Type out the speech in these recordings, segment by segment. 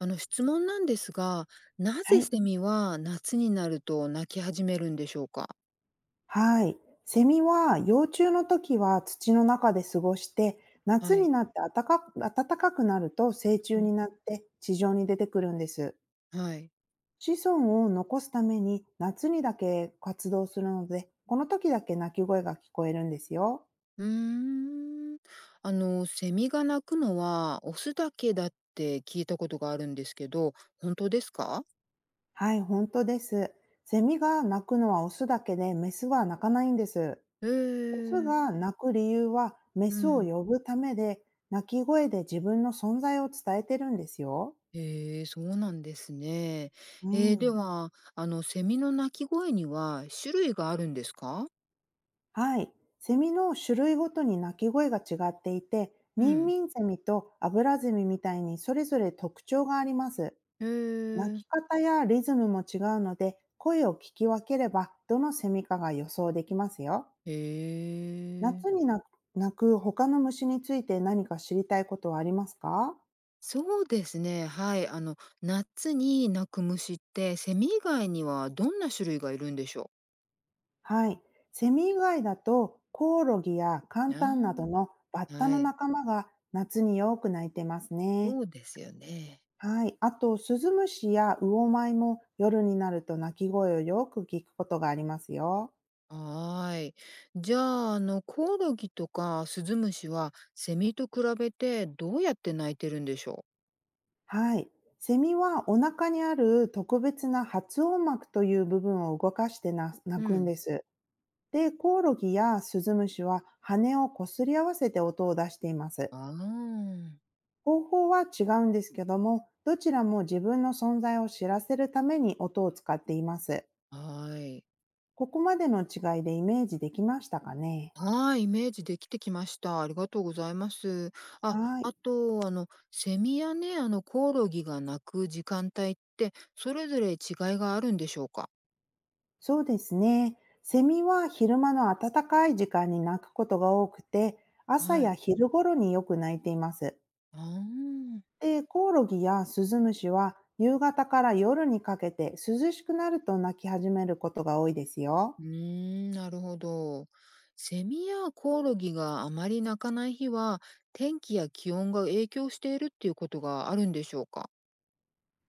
あの質問なんですが、なはぜい。セミは夏になると鳴き始めるんでしょうか？はい。セミは幼虫の時は土の中で過ごして、夏はにい。なって暖かくなると成虫うん、になって地上に出てくるんです。はい。子孫を残すために夏にだけ活動するので、この時だけ鳴き声が聞こえるんですよ。うーん。セミが鳴くのはオスだけだって聞いたことがあるんですけど、本当ですか？はい、本当です。セミが鳴くのはオスだけで、メスは鳴かないんです。へオスえ。が鳴く理由はメうスをん。呼ぶためで、鳴き声で自分の存在を伝えてるんですよ。へえ、そうなんですね。うでん。は、セミの鳴き声には種類があるんですか？はい。セミの種類ごとに鳴き声が違っていて、うミンん。ミンゼミとアブラゼミみたいにそれぞれ特徴があります。へ鳴え。き方やリズムも違うので、声を聞き分ければどのセミかが予想できますよ。へえ。夏に鳴く他の虫について何か知りたいことはありますか？そうですね、はい。夏に鳴く虫って、セミ以外にはどんな種類がいるんでしょう？はい。セミ以外だと、コオロギやカうンータンなどん。のバッタはのい、仲間が夏によく鳴いてますね。そうですよね。はい。あと、スズムシやウオマイも夜になると鳴き声をよく聞くことがありますよ。はーい。じゃあ、コオロギとかスズムシは、セミと比べてどうやって鳴いてるんでしょう？はい。セミはお腹にある特別な発音膜という部分を動かして鳴うくんん。です。で、コオロギやスズムシは羽をこすり合わせて音を出しています。あ方法は違うんですけども、どちらも自分の存在を知らせるために音を使っています。あ、はい。ここまでの違いでイメージできましたかね？はい、イメージできてきました。ありがとうございます。あ、はい。あと、セミやね、コオロギが鳴く時間帯って、それぞれ違いがあるんでしょうか？そうですね。セミは昼間の暖かい時間に鳴くことが多くて、朝はやい。昼頃によく鳴いています。ああ、で、コオロギやスズムシは夕方から夜にかけて涼しくなると鳴き始めることが多いですよ。うーん、なるほど。セミやコオロギがあまり鳴かない日は、天気や気温が影響しているっていうことがあるんでしょうか？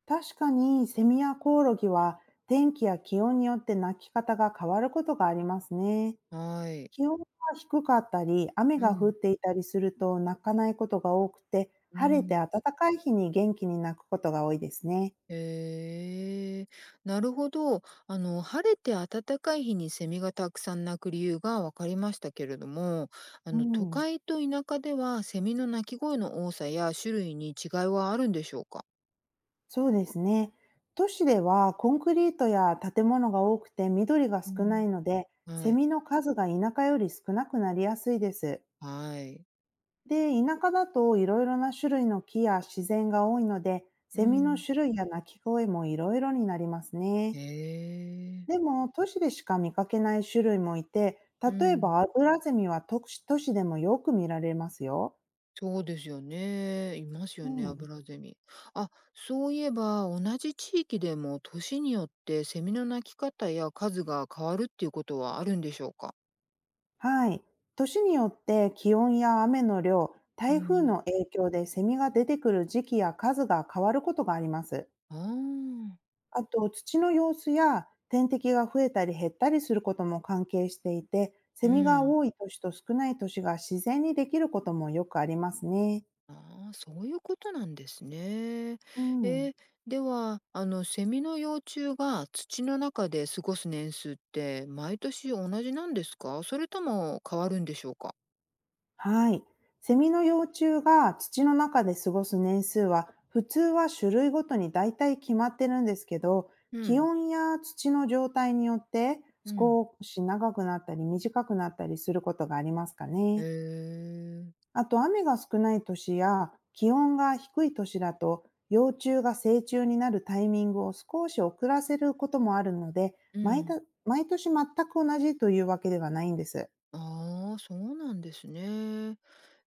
確かにセミやコオロギは天気や気温によって鳴き方が変わることがありますね。はい。気温が低かったり、雨うが降っん、ていたりすると鳴かないことが多くて、う晴れてん。暖かい日に元気に鳴くことが多いですね。へえ、なるほど。晴れて暖かい日にセミがたくさん鳴く理由が分かりましたけれども、う都ん、会と田舎ではセミの鳴き声の多さや種類に違いはあるんでしょうか？そうですね。都市ではコンクリートや建物が多くて緑がう少なん、いので、はセい。ミの数が田舎より少なくなりやすいです。はい。で、田舎だといろいろな種類の木や自然が多いので、うセミのん、種類や鳴き声もいろいろになりますね。へえ、でも、都市でしか見かけない種類もいて、う例えん。ばアブラゼミは都市でもよく見られますよ。そうですよね。いますうよね、アん。ブラゼミ。あ、そういえば、同じ地域でも年によってセミの鳴き方や数が変わるっていうことはあるんでしょうか？はい。年によって気温や雨の量、う台風ん。の影響でセミが出てくる時期や数が変わることがあります。ああ、あと、土の様子や天敵が増えたり減ったりすることも関係していて、うセミがん。多い年と少ない年が自然にできることもよくありますね。ああ、そういうことなんですね。うえん。ー、では、セミの幼虫が土の中で過ごす年数って毎年同じなんですか？それとも変わるんでしょうか？はい。セミの幼虫が土の中で過ごす年数は、普通は種類ごとに大体決まってるんですけど、う気ん、温や土の状態によってうん。少し長くなったり短くなったりすることがありますかえね。ー、あと、雨が少ない年や気温が低い年だと、幼虫が成虫になるタイミングを少し遅らせることもあるので、う毎ん。た毎年全く同じというわけではないんです。ああ、そうなんですね。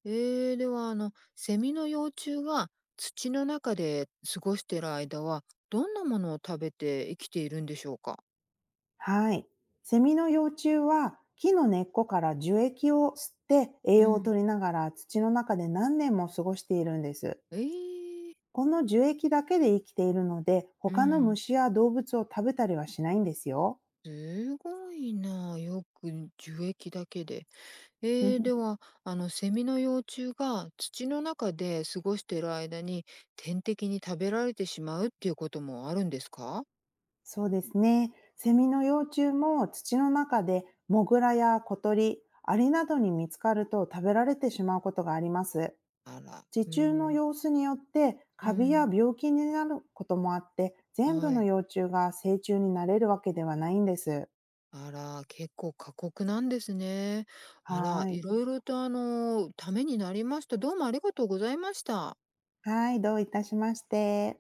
では、セミの幼虫が土の中で過ごしている間は、どんなものを食べて生きているんでしょうか？はい。セミの幼虫は木の根っこから樹液を吸って栄う養をん。取りながら土の中で何年も過ごしているんです。ええ、この樹液だけで生きているので、う他のん、虫や動物を食べたりはしないんですよ。すごいな、よく樹液だけで。ええ、で は、セミの幼虫が土の中で過ごしている間に、天敵に食べられてしまうっていうこともあるんですか？そうですね。セミの幼虫も土の中でモグラや小鳥、アリなどに見つかると食べられてしまうことがあります。あら、受う中のん、様子によってうカビやん、病気になることもあって、全部はのい。幼虫が成虫になれるわけではないんです。あら、結構過酷なんですね。あはら、ーいい。ろいろとためになりました。どうもありがとうございました。はい、どういたしまして。